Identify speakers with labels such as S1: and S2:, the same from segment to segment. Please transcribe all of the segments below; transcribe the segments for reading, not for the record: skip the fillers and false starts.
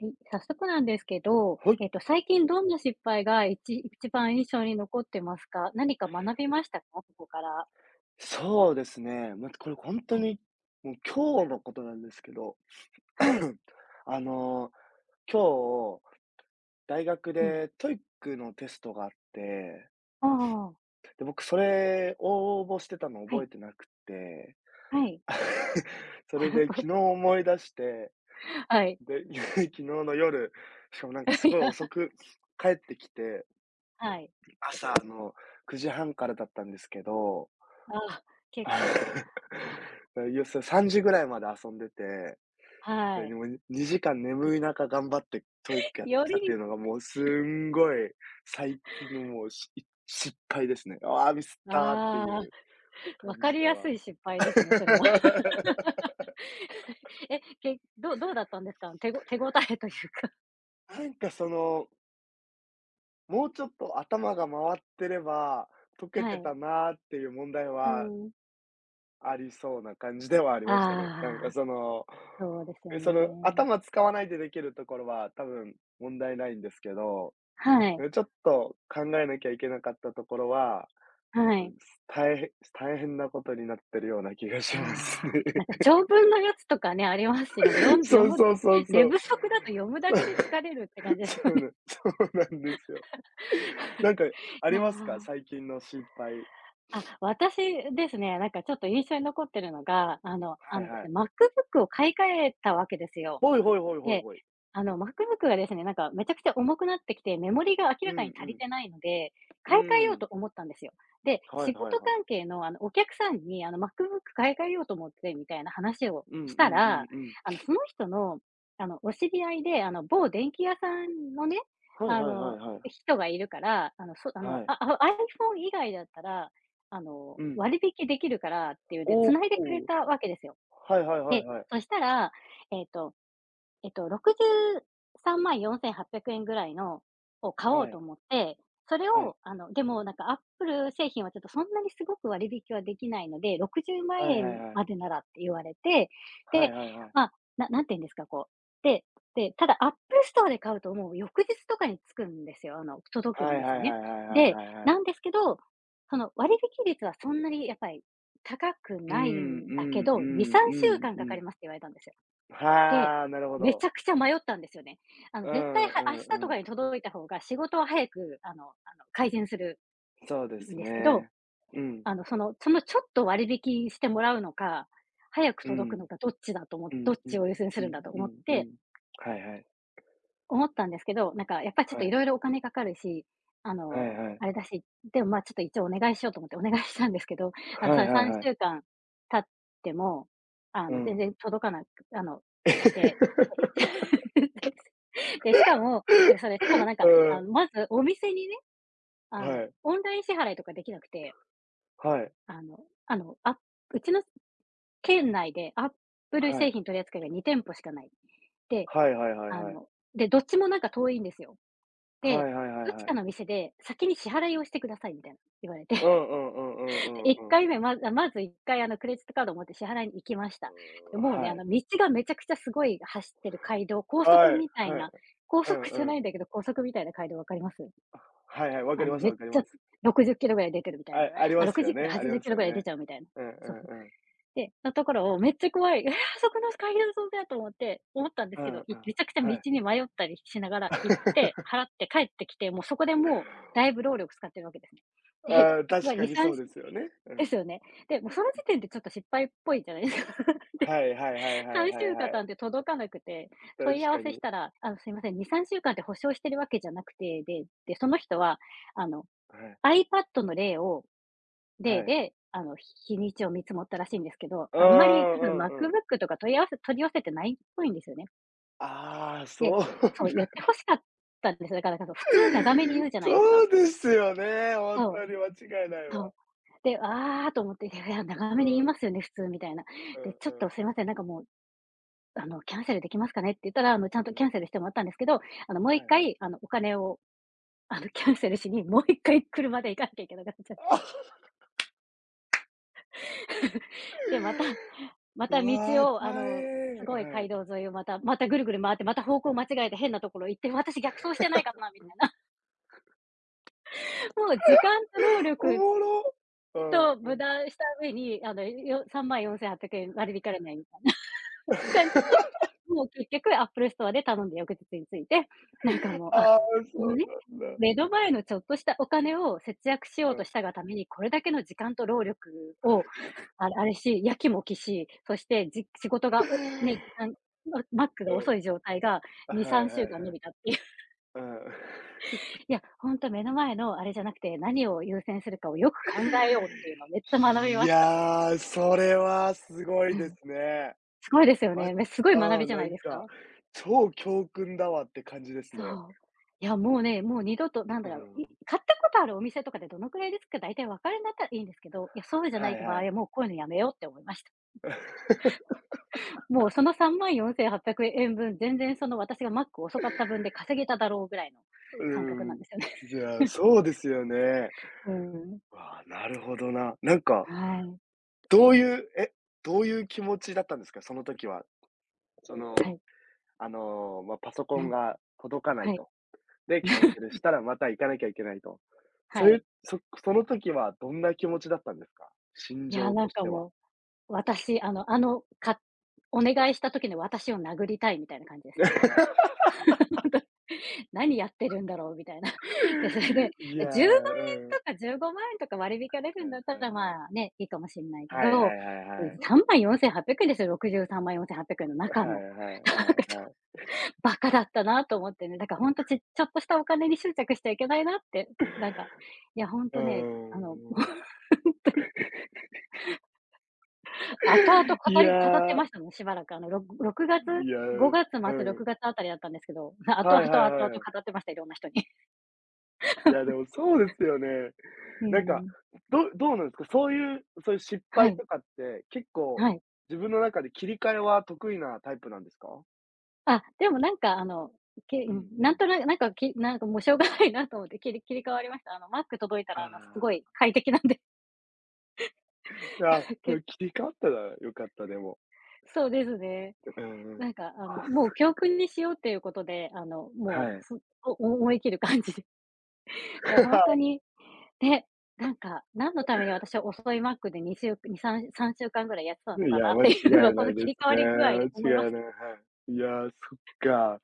S1: はい、早速なんですけど、
S2: はい。
S1: 最近どんな失敗が一番印象に残ってますか？何か学びましたか？ここから。
S2: そうですね。これ本当
S1: はい。
S2: に、もう今日のことなんですけど、
S1: はい。
S2: あの、今日、大学
S1: うん。
S2: でトイックのテストがあって、
S1: ああ、
S2: で、僕それ応募してたの
S1: は
S2: 覚え
S1: い。
S2: てなくて、
S1: はい。
S2: それで昨日 思い出して、
S1: はい。
S2: で、昨日の夜、しかもなん かすご
S1: い
S2: い
S1: や、
S2: 遅く帰ってきて、
S1: はい。
S2: 朝の9時半からだったんですけど、
S1: あ、結構、
S2: いや、それ3時ぐらいまで遊んでて
S1: は
S2: で
S1: い。
S2: も2時間眠い中頑張ってトイック
S1: よ
S2: やって
S1: り。
S2: きたっていうのがもうすんごい最近のもうし失敗ですね。ああ、ミスったってい
S1: ああ、
S2: う感
S1: わか
S2: じ
S1: り
S2: で
S1: やす
S2: は。
S1: い失敗ですね、そ れは。え、けどうどうだったんですか？手応えというか。
S2: なんかその、もうちょっと頭が回ってれば、解け
S1: は
S2: て
S1: い。
S2: たなーっていう問題
S1: う
S2: は
S1: ん。
S2: ありそうな感じではあり
S1: あ
S2: ましたね。なんか
S1: あ、
S2: その、
S1: そうですよ
S2: その
S1: ね。
S2: 頭使わないでできるところは多分問題ないんですけど、
S1: はい。
S2: ちょっと考えなきゃいけなかったところは、
S1: はい。
S2: 大変なことになってるような気がし
S1: あ
S2: ます
S1: あ、
S2: ね。
S1: なんか長文のやつとかね、ありますしね、もうよ ん
S2: そ
S1: 読
S2: う
S1: む
S2: そうそうそ
S1: 寝不
S2: う。
S1: 足だと読むだ けで疲れるって感じです
S2: そうなん
S1: よね。
S2: そうなんですよ。なんか あ
S1: い
S2: り
S1: や、
S2: ますか？最近の失敗。
S1: あ、私ですね、なんかちょっと印象に残ってるのが、あの
S2: は
S1: あ
S2: い
S1: ので
S2: は
S1: す
S2: い。
S1: ね、MacBook を買い替えたわけですよ。
S2: ほいほいほいほい
S1: で、
S2: ほい。
S1: あの MacBook がですね、なんかめちゃくちゃ重くなってきて、メモリが明
S2: う
S1: らかに
S2: んう
S1: 足り
S2: ん。
S1: てないので、
S2: う
S1: 買い替えよう
S2: ん。
S1: と思ったんですよ。で、
S2: はい
S1: 仕
S2: はい
S1: 事
S2: はい。
S1: 関係のあのお客さんにあの MacBook 買い替えようと思ってみたいな話を
S2: うんうんう
S1: したら、
S2: んうん。
S1: あのその人の、あのお知り合いで、あの某電気屋さんのね、
S2: はい
S1: あ
S2: はいはい
S1: の
S2: はい。
S1: 人がいるから、あのそあの、
S2: はい。
S1: ああ、 iPhone 以外だったら、あの
S2: うん。
S1: 割引できるからっていうんで、
S2: おお、
S1: 繋いでくれ
S2: おお。
S1: たわけですよ。
S2: はいはいはい
S1: で、
S2: はい。
S1: そしたら、えっと63万4,800円ぐらいのを買
S2: は
S1: おうと
S2: い。
S1: 思って、それ
S2: はい。
S1: を、あの、でもなんか Apple 製品はちょっとそんなにすごく割引はできないので、60万円ま
S2: は
S1: ん
S2: い
S1: え
S2: はい
S1: ん
S2: はい。
S1: までならって言われて、
S2: は
S1: で、
S2: いはいはい。
S1: まあ、なんて言うんですか、こう。で、で、ただ Apple ストアで買うともう翌日とかに着くんですよ。あの、届く
S2: は
S1: ん
S2: いはい
S1: です
S2: はい
S1: よ
S2: はい
S1: ね。
S2: はい
S1: で、
S2: はいは
S1: な
S2: い。
S1: んですけど、その割引率はそんなにやっぱり高く
S2: うん、う
S1: ないんだけ
S2: ん、う
S1: ど、2、
S2: ん、う
S1: 3週
S2: ん、
S1: 間
S2: う
S1: かか
S2: ん。
S1: りますって言われたんですよ。で、
S2: はあ、なるほ
S1: めち
S2: ど。
S1: ゃくちゃ迷ったんですよね。あの、
S2: う
S1: 絶対
S2: ん、う
S1: は明
S2: ん、
S1: 日と
S2: う
S1: か
S2: ん。
S1: に届いた方が仕事は早く、改善する
S2: そうで
S1: ん
S2: す
S1: ですけど、
S2: ね。うん、
S1: あの、そのちょっと割引してもらうのか、早く
S2: う
S1: 届く
S2: ん、
S1: のかどっちだとおも
S2: う
S1: ど
S2: ん、
S1: っ
S2: う
S1: ち
S2: ん、
S1: を優先す
S2: う
S1: るん
S2: ん、
S1: だと
S2: う
S1: 思っ
S2: ん、う
S1: て
S2: ん。はいはい。
S1: 思ったんですけど、なんかやっぱりちょっ
S2: は
S1: と
S2: い。
S1: 色々お金かかるし、あ
S2: はい
S1: の、
S2: はい。
S1: あれだし、でも、ま、ちょっと一応お願いしようと思ってお願いしたんですけど、あの、
S2: は
S1: そ
S2: い
S1: れ
S2: はい
S1: 3
S2: はい。
S1: 週間経っても、あ
S2: う
S1: の、全
S2: ん。
S1: 然届かなくあの、くて で、しかもなんか、
S2: う
S1: あ
S2: ん、
S1: の、まずお店にね、あ
S2: は
S1: の、
S2: い。
S1: オンライン支払いとかできなくて、
S2: はい。
S1: あのあの、うちの県内でアップル
S2: は
S1: 製
S2: い。
S1: 品取り扱いが2店舗しかない。で、
S2: はいはいはい
S1: あ
S2: はい。
S1: の、どっちもなんか遠いんですよ。
S2: は
S1: で、
S2: いはいはい
S1: どっち
S2: はい。
S1: かの店で先に支払いをしてくださいみたいな言われて。
S2: うんうんうんうんうん
S1: 1
S2: うん。
S1: 回目、まず1回あのクレジットカードを持って支払いに行きました。で、
S2: うーん、
S1: もうね、
S2: は
S1: あ
S2: い。
S1: の道がめちゃくちゃすごい走ってる街道、高速
S2: はい、
S1: みたい
S2: はい。
S1: な、高
S2: う
S1: 速じゃ
S2: んう
S1: な
S2: ん。
S1: いんだけど、高速みたいな街道、分かります？
S2: はいはい、わか
S1: あ
S2: り
S1: の
S2: ます
S1: めっ
S2: わかり
S1: ち
S2: ま
S1: ゃ
S2: す。
S1: 60キロぐらい出てるみたいな。
S2: あ、あり
S1: あ、
S2: ます
S1: 60
S2: よ
S1: キ
S2: ね、
S1: ロ、
S2: あり
S1: 80キ
S2: ます
S1: ロ
S2: よ
S1: ぐらい出
S2: ね。
S1: ちゃうみたいな。
S2: うんう
S1: そうそう。
S2: んうん。
S1: で、のところをめっちゃ怖い、え、あ、そこの街道沿いだと思ったんで
S2: う
S1: すけ
S2: んう
S1: ど、
S2: ん。
S1: めちゃくちゃ道
S2: はい。
S1: に迷ったりしながら行って、払って帰ってきて、もうそこでもうだいぶ労力使ってるわけですね。で、
S2: あー、
S1: そこ
S2: 確
S1: が
S2: か
S1: に
S2: に
S1: さ
S2: そ
S1: ん
S2: うです
S1: で
S2: よね。うん。
S1: すよね。で、もうその時点でちょっと失敗っぽいじゃないですか。
S2: はいはいはい はい
S1: 3
S2: はい
S1: 週
S2: は
S1: 間
S2: い。
S1: 経って届かなくて、
S2: 確
S1: 問い合
S2: か
S1: わせし
S2: に。
S1: たら、あの、すいません、2、3週間って保証してるわけじゃなくて、で、その人は、あの、
S2: はい
S1: iPad の例を例
S2: はい。
S1: で、あの、日にちを見積もったらしいんですけど、
S2: うーん、
S1: あんまり多
S2: う
S1: 分
S2: んうん。
S1: MacBook とか問い合わせ取り寄せてないっぽいんですよね。
S2: ああ、そ
S1: で、
S2: うだ。
S1: そう、言って欲しかったんですよ。だから普通長めに 言うじゃないですか。
S2: そうですよね、本
S1: そ
S2: 当
S1: う、
S2: に間違いない
S1: そ
S2: わ。
S1: う。で、あーと思って、いや、長
S2: う
S1: めに言いま
S2: ん
S1: すよね、普通みたいな。
S2: う
S1: で、
S2: ん
S1: ちょっ
S2: うん。
S1: とすいません、なんかもうあの、キャンセルできますかねって言ったら、あの、ちゃん
S2: う
S1: とキ
S2: ん。
S1: ャンセルしてもらったんですけど、あの、もう
S2: は
S1: 1
S2: いはい。
S1: 回、あの、お金を、あの、キャンセルしに、もう1回車で行かなきゃいけなくなっちゃって。
S2: あ。
S1: で、またま
S2: う
S1: た道
S2: わー、
S1: を、あ
S2: 大
S1: の、す
S2: 変。
S1: ごい
S2: は
S1: 街
S2: い。
S1: 道沿いをまたまたぐるぐる回って、また方向間違えて変なところ行って、私逆走してないかなみたいな。もう時間と労
S2: お
S1: 力
S2: もろ。うんう
S1: と無
S2: ん。
S1: 駄した上に、あの、3万4,800円割り引かれないみたいな。感じで、もう結局アップルストアで頼んで翌日に着いて、なんかもう、あ、
S2: ああ、
S1: こ
S2: そ
S1: の
S2: う
S1: ね、
S2: なんだ。
S1: 目の前のちょっとしたお金を節約しよ
S2: う
S1: うと
S2: ん。
S1: したがために、これだけの時間と労力を、あれし、やきもきし、そして仕事
S2: うん、
S1: がおね、時間ママックが遅い状態が
S2: はい
S1: 2、3
S2: は
S1: 週
S2: い
S1: 間
S2: は
S1: 延
S2: い。
S1: びたっていう。
S2: うん。
S1: いや、ほんと目の前のあれじゃなくて、何を優先するかをよく考えようっていうのをめっちゃ学び
S2: い
S1: ました。
S2: や、それはすごい
S1: う
S2: で
S1: ん。
S2: すね。
S1: すごいですよ
S2: ま
S1: ね。すごい学
S2: ああ、
S1: びじゃ
S2: な
S1: ない
S2: ん
S1: です
S2: か、
S1: か？
S2: 超教訓だわって感じです
S1: そ
S2: ね。
S1: う。いや、もうね、もう二度となん
S2: う
S1: だろう、
S2: ん。
S1: 買ったことあるお店とかでどのくらいですか、大体わかるんだったらいいんですけど、いや、そうじゃな
S2: は
S1: い
S2: い
S1: 場
S2: は
S1: 合
S2: い。
S1: はもうこういうのやめようって思いました。もうその3万4,800円分、全然その私がマック遅かった分で稼げただろうぐらいの感覚な
S2: う
S1: ん
S2: ん。
S1: ですよね。
S2: いや、そうですよね。
S1: うん。
S2: わあ、なるほどな。なんか、
S1: はい。
S2: どういうえ、どういう気持ちだったんですか？その時は。その、
S1: はい。
S2: あの、パソコ
S1: う
S2: ン
S1: ん。
S2: が届かない
S1: はい。
S2: と。で、キャンセルし たらまた行かなきゃいけないと。そ
S1: は
S2: ういう、
S1: い。
S2: そその時はどんな気持ちだったんですか？心
S1: いや、
S2: 情
S1: な
S2: と
S1: ん
S2: し
S1: か
S2: ては。
S1: もう、私、あの、お願いした時の私を殴りたいみたいな感じですね。何やってるんだろうみたいな。で、それで、
S2: いやー、
S1: 10万円
S2: うん。
S1: とか15万円とか割り引かれるんだったら、まあ、ね、いいかもしれないけ
S2: はいはいは
S1: ど、
S2: い。はいは
S1: さんまんよんせんはっぴゃくえ、34,800円ですよ、63万4,800円の
S2: い
S1: 中
S2: はい
S1: の。
S2: はい。はい
S1: なん
S2: は
S1: か
S2: い
S1: ちょ
S2: はい
S1: っ
S2: は
S1: と
S2: い。
S1: バカだったなと思ってね、だからほんとちょっとしたお金に執着しちゃいけないなって、なんか、いやほん
S2: う
S1: とね、あの、
S2: ーん。
S1: 後々
S2: い
S1: 語って
S2: やー、
S1: ましたもん、しばらく。あの、月、
S2: いやー、
S1: 5月
S2: う
S1: 末、
S2: ん。
S1: 6月あたりだったんですけど、後
S2: はいはい
S1: 々後
S2: はい
S1: 々
S2: はい。
S1: 語ってました、いろんな人に。
S2: いや、でもそうですよね。
S1: う
S2: なんか、
S1: ん。
S2: どうなんですか？そういう、そういう失
S1: は
S2: 敗
S1: い、
S2: とかって、結構
S1: はい。
S2: 自分の中で切り替えは得意なタイプなんですか？
S1: あ、でもなんかあの、う
S2: うん
S1: ん、
S2: う
S1: なん
S2: ん。
S1: となく、なんか、なんかもうしょうがないなと思って切り替わりました。あの、Mac 届いた
S2: あ
S1: ら、あの、すご
S2: あ、
S1: い快適なんで。
S2: あ、そ
S1: け
S2: れ切り替わったら良かった、でも。
S1: そうですね。
S2: うんうん。
S1: なんか
S2: あ、
S1: もう教訓にしようっていうことで、
S2: そは
S1: もう、
S2: い。
S1: 思い切る感じで。ほんと に、ね、なんか、何のために私は遅い Mac で2週2、3、3週間ぐらいやってたの
S2: い
S1: か
S2: や、
S1: なっ
S2: 間違
S1: ていうの
S2: い
S1: は、こ
S2: ない
S1: の
S2: で
S1: 切
S2: す
S1: り替わ
S2: ね。
S1: り具合
S2: 間
S1: で思いま
S2: 違
S1: す
S2: いない、
S1: けど。
S2: はい。いや、そっか。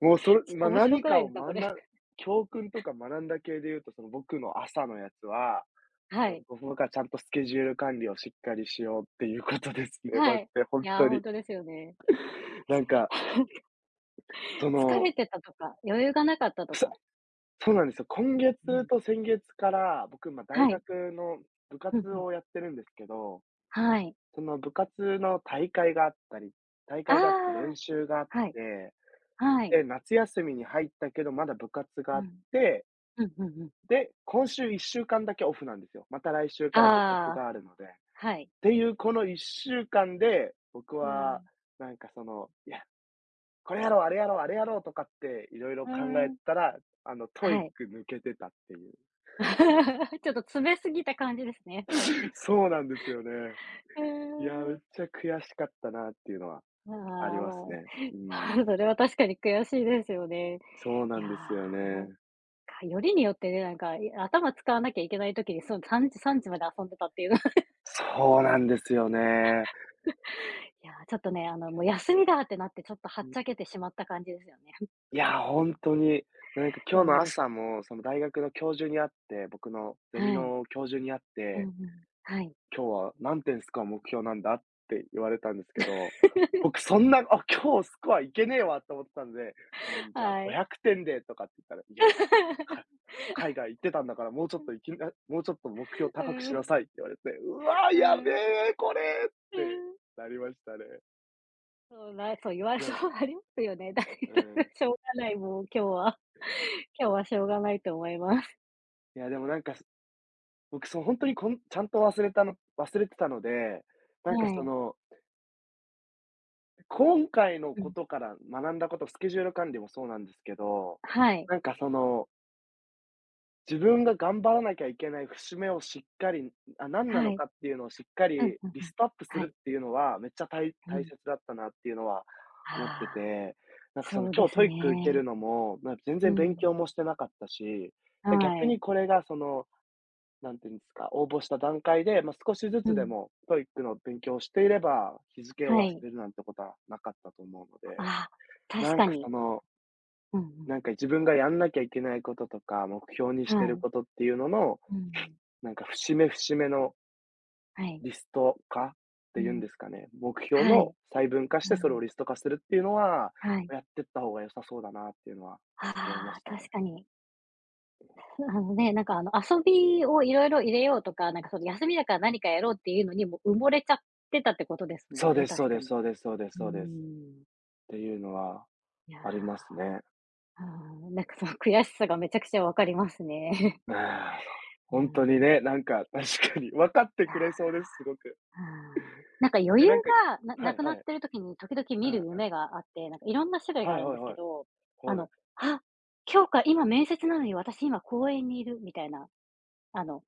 S2: もうそ
S1: ちょ
S2: れ、
S1: っと面白
S2: 何
S1: くな
S2: か
S1: い
S2: を
S1: ですか、
S2: 学
S1: こ
S2: ん
S1: れ。
S2: だ教訓とか学んだ系で言うと、その僕の朝のやつは、
S1: はい。
S2: 僕がちゃんとスケジュール管理をしっかりしようっていうことですね。
S1: は
S2: で、
S1: い。
S2: ほん
S1: いや、ほ
S2: に。
S1: んとですよね。
S2: なんか、そ
S1: 疲
S2: の、
S1: れてたとか、余裕がなかったとか。
S2: そうなんですよ。今
S1: う
S2: 月
S1: ん。
S2: と先月から、僕、大
S1: はい。
S2: 学の部
S1: うん
S2: 活
S1: うん。
S2: をやってるんですけど、
S1: はい。
S2: その部活の大
S1: あ
S2: 会があって練
S1: あ、
S2: 習があっ
S1: はい。
S2: て、
S1: はい。
S2: で、夏休みに入ったけど、まだ部活があ
S1: う
S2: っ
S1: ん。
S2: て、
S1: うんうんうん。
S2: で、今週1週間だけオフなんですよ。また来週か
S1: あ
S2: ら部活が
S1: あ、
S2: あるので。っ
S1: はい。
S2: ていうこの1週間で、僕
S1: う
S2: は
S1: ん。
S2: なんかその、いや、これやろう、あれやろう、あれやろうとかって色々
S1: うー
S2: 考えて
S1: ん。
S2: たら、あの
S1: はい。
S2: TOEIC 抜けてたっていう。
S1: ちょっと詰めすぎた感じですね。
S2: そうなんですよね。
S1: う
S2: いや、めっ
S1: ーん。
S2: ちゃ悔しかったなっていうのは
S1: ああ、
S2: あります
S1: ま
S2: ね。う
S1: あ、
S2: ん。
S1: それは確かに悔しいですよね。
S2: そう
S1: い
S2: な
S1: や
S2: ん
S1: ー、
S2: ですよ
S1: なん
S2: ね。
S1: か、よりによってね、なんか、頭使わなきゃいけない時に、そう、3時まで遊んでたっていうのは、
S2: そうなんですよね。
S1: いやー、ちょっとね、もう休みだってなって、ちょっとはっちゃ
S2: い
S1: けてしまった感じですよね。
S2: や、本当に、なんか今日の
S1: もう、
S2: 朝も、その大学の教授に会って僕のゼミ
S1: はい。
S2: の教授に会っ
S1: うん
S2: て
S1: うん。はい。
S2: 今日は何点スコア目標なんだって言われたんですけど、僕 そんな、あ、今日スコアいけねえわと思ってたんで、うん、じゃあ
S1: はい。
S2: 500点でとかって言ったら、いや、か 海外行ってたんだからもうちょ
S1: う
S2: っ
S1: ん。
S2: といきなもうちょっと目標
S1: う
S2: 高くしな
S1: ん。
S2: さいって言われて、うわ、
S1: う
S2: やべ
S1: ん。
S2: え、これってなりましたね。
S1: そうなそう言われ
S2: で
S1: そ
S2: も、
S1: うなりますよね。だけ
S2: う
S1: ど
S2: ん。
S1: しょうがない、もう今日は。今日はしょうがないと思います。
S2: いや、でもなんか、僕そう、こんちゃんと忘れてたので、なんか
S1: は
S2: そ
S1: い。
S2: の今回の
S1: う
S2: こ
S1: ん。
S2: とから学んだこと、スケジュール管理もそうなんですけど、
S1: はい。
S2: なんかその、自分が頑張らなきゃいけない節目をしっかり、あ、何な
S1: は
S2: の
S1: い。
S2: かっていうのをしっか
S1: うん
S2: り
S1: うん
S2: リ
S1: うん。
S2: ストアップす
S1: はい。
S2: るっていうのは、めっちゃ
S1: う
S2: 大
S1: ん。
S2: 切だったなっていうのは
S1: あ
S2: 思って
S1: あ、
S2: て、なんかその
S1: そうで
S2: 今日
S1: す
S2: トイック受ける
S1: ね。
S2: のも、なんか全
S1: う
S2: 然勉
S1: ん。
S2: 強もしてなかったし、
S1: は
S2: で、逆
S1: い。
S2: にこれがその、なんていうんですか、応募した段階で、まあ、少しず
S1: う
S2: つで
S1: ん。
S2: もトイックの勉強をしていれば、日付を
S1: は
S2: 忘
S1: い。
S2: れるなんてことはなかったと思うので、
S1: ああ、確
S2: なん
S1: か
S2: かそ
S1: に。
S2: の、
S1: うんうん。
S2: なんか自分がやんなきゃいけないこととか、目標にして
S1: は
S2: る
S1: い。
S2: ことっていうのの、
S1: うん。
S2: なんか節目節目の
S1: はい。
S2: リスト化って
S1: う
S2: いうん
S1: ん。
S2: ですかね、目標
S1: は
S2: の
S1: い。
S2: 細分化し
S1: う
S2: てそれを
S1: ん、
S2: リスト化するっていうのは、
S1: はい。
S2: やってった方が良さそうだなっていうのは思いま
S1: あ
S2: し
S1: あ、
S2: た
S1: 確
S2: ね。
S1: かに。あのね、なんかあの遊びをいろいろ入れようとか、なんかその休みだから何かやろうっていうのにもう埋もれちゃってたってことですも
S2: そ
S1: ん
S2: うで
S1: ね、
S2: すそう
S1: 確か
S2: です
S1: に。
S2: そうですそうです
S1: うー
S2: そうです。っ
S1: ん。
S2: ていうのは
S1: いや
S2: あります
S1: ー、
S2: ね。
S1: うん、なんかその悔しさがめちゃくちゃわかりますね。
S2: ええ、ほ
S1: う
S2: んとに
S1: ん。
S2: ね、
S1: い
S2: なんか確かに分かって
S1: や
S2: くれ
S1: ー、
S2: そうです、すごく。
S1: うん。なんか余
S2: え、
S1: 裕
S2: なんか、
S1: が
S2: は
S1: な
S2: い
S1: く
S2: は
S1: なっ
S2: い。
S1: てる時に時々
S2: う
S1: 見
S2: んう
S1: る
S2: ん。
S1: 夢があって、なんかいろんな種類が
S2: は
S1: あ
S2: い
S1: るん
S2: はい
S1: です
S2: は
S1: けど、
S2: い。
S1: あ
S2: はい。
S1: の、あ、今日か今面接なのに私今公園にいるみたいな、あの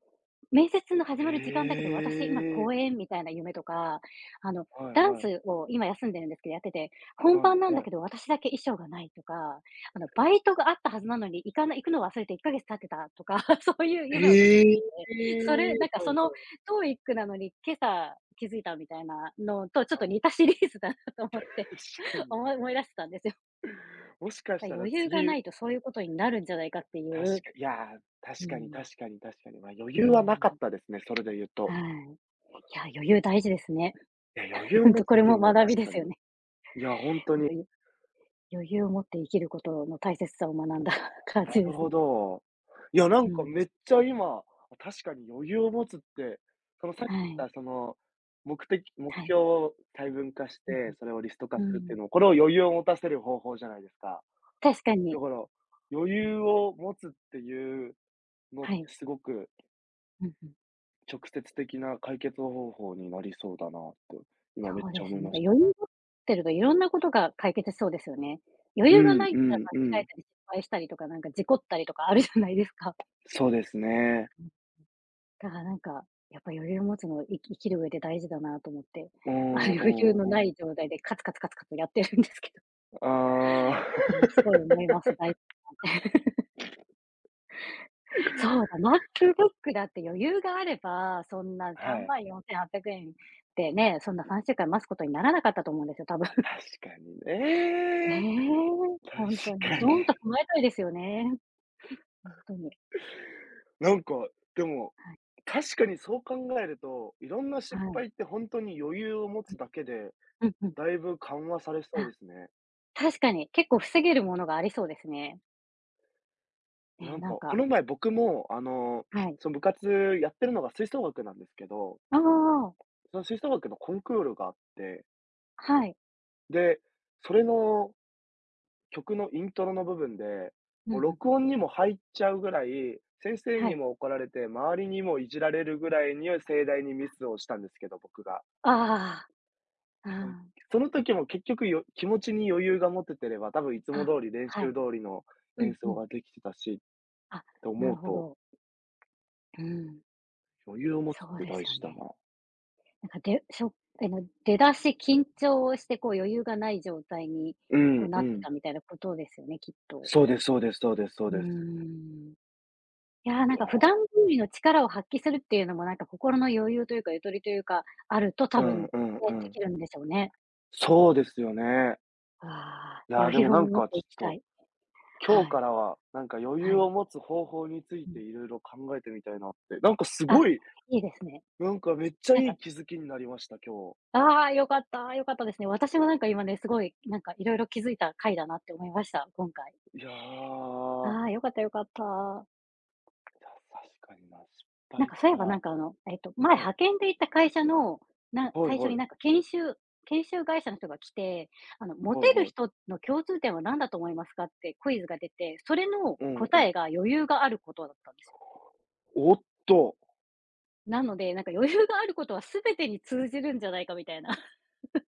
S1: 面接の始まる時間だけど、私今
S2: え
S1: 公
S2: え。
S1: 演みたいな夢とか、あの、
S2: はい
S1: ダン
S2: はい。
S1: スを今休んでるんですけど、やってて、本
S2: はい
S1: 番なん
S2: は
S1: だ
S2: い。
S1: けど、私だけ衣装がないとか、バイトがあったはずなのに、行かない行くのを忘れて1ヶ月経ってたとか、そういう夢を時々
S2: え
S1: 見て、
S2: え。はい
S1: それ、なんか
S2: は
S1: そ
S2: い
S1: の
S2: は
S1: トーイックなのに、今朝気づいたみたいなのとちょっと似た
S2: い。
S1: シリーズだなと
S2: 確
S1: 思って
S2: か に。
S1: 思い出してたんですよ。
S2: もしかしたら
S1: 余裕が
S2: 次、
S1: ないとそういうことになるんじゃないかっていう。
S2: いや、
S1: う
S2: 確かに
S1: ん、
S2: 確かに確かに。余裕
S1: う
S2: はなかっ
S1: ん。
S2: たですね、それで言う
S1: は
S2: と。
S1: い。いや、余裕大事ですね。
S2: いや、余裕 を
S1: ほん
S2: 持
S1: と
S2: つっ
S1: これ
S2: てい
S1: も
S2: うのは
S1: 学び
S2: 確
S1: で
S2: か
S1: す
S2: に。
S1: よね。
S2: いや、ほん と
S1: 本
S2: に。
S1: 当に余裕を持って生きることの大切さを学んだ 感
S2: な
S1: じ
S2: る
S1: です
S2: ほ
S1: ね。
S2: ど。いや、なん
S1: う
S2: かめっ
S1: ん。
S2: ちゃ今、確かに余裕を持つって、そのさっき
S1: は
S2: 言っ
S1: い。
S2: たその、目的目
S1: はい。
S2: 標を細分化し
S1: うん
S2: て、それをリスト化
S1: う
S2: す
S1: ん。う
S2: るっていう
S1: ん。
S2: のも、これを余裕を持たせる方法じゃないですか。
S1: 確か
S2: だ
S1: に。
S2: から、余裕を持つっていうのって
S1: はい。
S2: すごく
S1: うんうん。
S2: 直接的な解決方法になりそうだなって今めっ
S1: そう
S2: ちゃ
S1: で
S2: 思
S1: す
S2: い
S1: ね。なん
S2: ま
S1: か
S2: した。
S1: 余裕持ってるといろんなことが解決しそうですよね。余
S2: う
S1: 裕が
S2: ん
S1: ない
S2: う
S1: から
S2: んう
S1: 間違
S2: ん。
S1: えたり失敗したりとか、なんか事故ったりとかあるじゃないですか。
S2: そうですね。
S1: だからなんか、やっぱ余裕を持つの、生きる上で大事だなと思って、
S2: う
S1: あ、
S2: んう
S1: 余
S2: ん
S1: 裕の
S2: う
S1: な
S2: ん。
S1: い状態でカツカツカツカツやってるんですけど。
S2: あ
S1: いや、
S2: あ。
S1: すごい思います、大事だなって。そうだ、MacBook だって余裕があれば、そん な
S2: はい。
S1: 34,800円でね、そんな3週間待つことにならなかったと思うんですよ、多分。
S2: あ、確かに
S1: ねえ、
S2: ね。確
S1: ほんとに。
S2: か
S1: ド
S2: に。
S1: ンと構えたいですよね。ほんとに。
S2: なんか、でも、
S1: はい。
S2: 確かにそう考えると、いろんな
S1: は
S2: 失
S1: い。
S2: 敗って本当に余裕を持つだ
S1: う
S2: けで、
S1: ん。うんうん。
S2: だいぶ緩和されそう
S1: あ、
S2: ですね。
S1: 確かに、結構防げるものがありそうですね。
S2: な
S1: ね、
S2: ん
S1: なん
S2: か、こ
S1: か
S2: の前僕も、あの、
S1: はい。
S2: その部活やってるのが吹奏楽なんですけど、
S1: ああ、
S2: その吹奏楽のコンクールがあって、
S1: はい。
S2: で、それの曲のイントロの部分で、
S1: うん
S2: もう
S1: うん。
S2: 録音にも入っちゃうぐらい、先生
S1: は
S2: に
S1: い。
S2: も怒られて、周りにもいじられるぐらいに盛大にミスをしたんですけど、僕が。
S1: ああ、
S2: うん、
S1: あ
S2: その時も結局気持ちに余裕が持ててれば、多分いつ
S1: あ、
S2: も通
S1: あ、
S2: り練
S1: は
S2: 習
S1: い。
S2: 通りの
S1: う
S2: 演
S1: んう
S2: 奏
S1: ん。
S2: ができてたし、
S1: あ、
S2: と
S1: な
S2: 思
S1: る
S2: う
S1: ほ
S2: と、
S1: ど。うん、
S2: 余裕を持つっ
S1: そう
S2: て
S1: で
S2: 大
S1: すよ
S2: 事だ
S1: ね。
S2: な。
S1: なんか、でしょあの、出だし緊張して、こう、余裕がない状態に、
S2: う
S1: こう、
S2: ん
S1: な
S2: う
S1: って
S2: ん。
S1: たみたいなことですよね、きっと。
S2: そうですそうですそうですそう
S1: うー
S2: です。
S1: ん。いやー、な
S2: い
S1: ん
S2: や。
S1: か普段通りの力を発揮するっていうのも、なんか心の余裕というか、ゆとりというか、あると多
S2: うん
S1: 分
S2: うんう
S1: ね、で
S2: ん。
S1: きるんでしょうね。
S2: そうですよね。
S1: ああ、
S2: いや、
S1: 余
S2: でも
S1: 裕を
S2: なん
S1: 持っ
S2: かち
S1: ていき
S2: ょ
S1: た
S2: っと、
S1: い。
S2: 今日
S1: はい、
S2: からは、なんか余
S1: は
S2: 裕
S1: い。
S2: を持つ方法につい
S1: う
S2: て
S1: ん。
S2: いろいろ考えてみたいなって、なんかす
S1: あ、
S2: ごい、
S1: いいですね。
S2: なんかめっちゃ
S1: なん
S2: いい
S1: か
S2: 気づきになりました、今
S1: ああ、良かった、良かったですね。私もなんか今ね、すごい、なんかいろいろ気づいた回だなって思いました、今回。
S2: 日。いやー、
S1: ああ、良かった良かった。
S2: 確かにな、失
S1: なん
S2: 敗
S1: かそうい
S2: か
S1: え
S2: ら
S1: ばなん
S2: は
S1: か前
S2: い。
S1: 派遣で行った会社の、
S2: はい
S1: 最初
S2: は
S1: に
S2: い。
S1: なんか研修会社の人が来て、モ
S2: はい
S1: テる
S2: はい。
S1: 人の共通点は何だと思いますかってクイズが出て、それの
S2: うんう
S1: 答
S2: ん。
S1: えが余裕があることだったんですよ。
S2: おっと。
S1: なので、なんか余裕があることは全てに通じるんじゃないかみたいな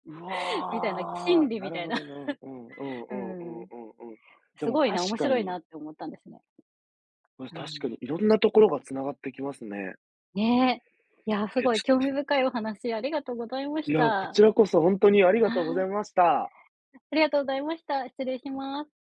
S2: う
S1: みたいな、
S2: わ
S1: 心
S2: ー、
S1: 理
S2: な
S1: み
S2: る
S1: たい
S2: ほ
S1: な。
S2: どな。うんうんうんうんうんうん
S1: うん。
S2: うん。で
S1: す
S2: も
S1: ごいな、
S2: 確
S1: 面
S2: か
S1: 白い
S2: に、
S1: なって思ったんですね。う
S2: 確か
S1: ん、
S2: にいろんなところが繋がってきますね。
S1: ねえ。いや、す
S2: いや、
S1: ご
S2: ち
S1: い興
S2: ょ
S1: 味深いお話ありがとうございまし
S2: いや、こ
S1: た。
S2: ちらこそほんとにありが
S1: は
S2: とうござ
S1: い、
S2: いました。
S1: ありがとうございました。失礼します。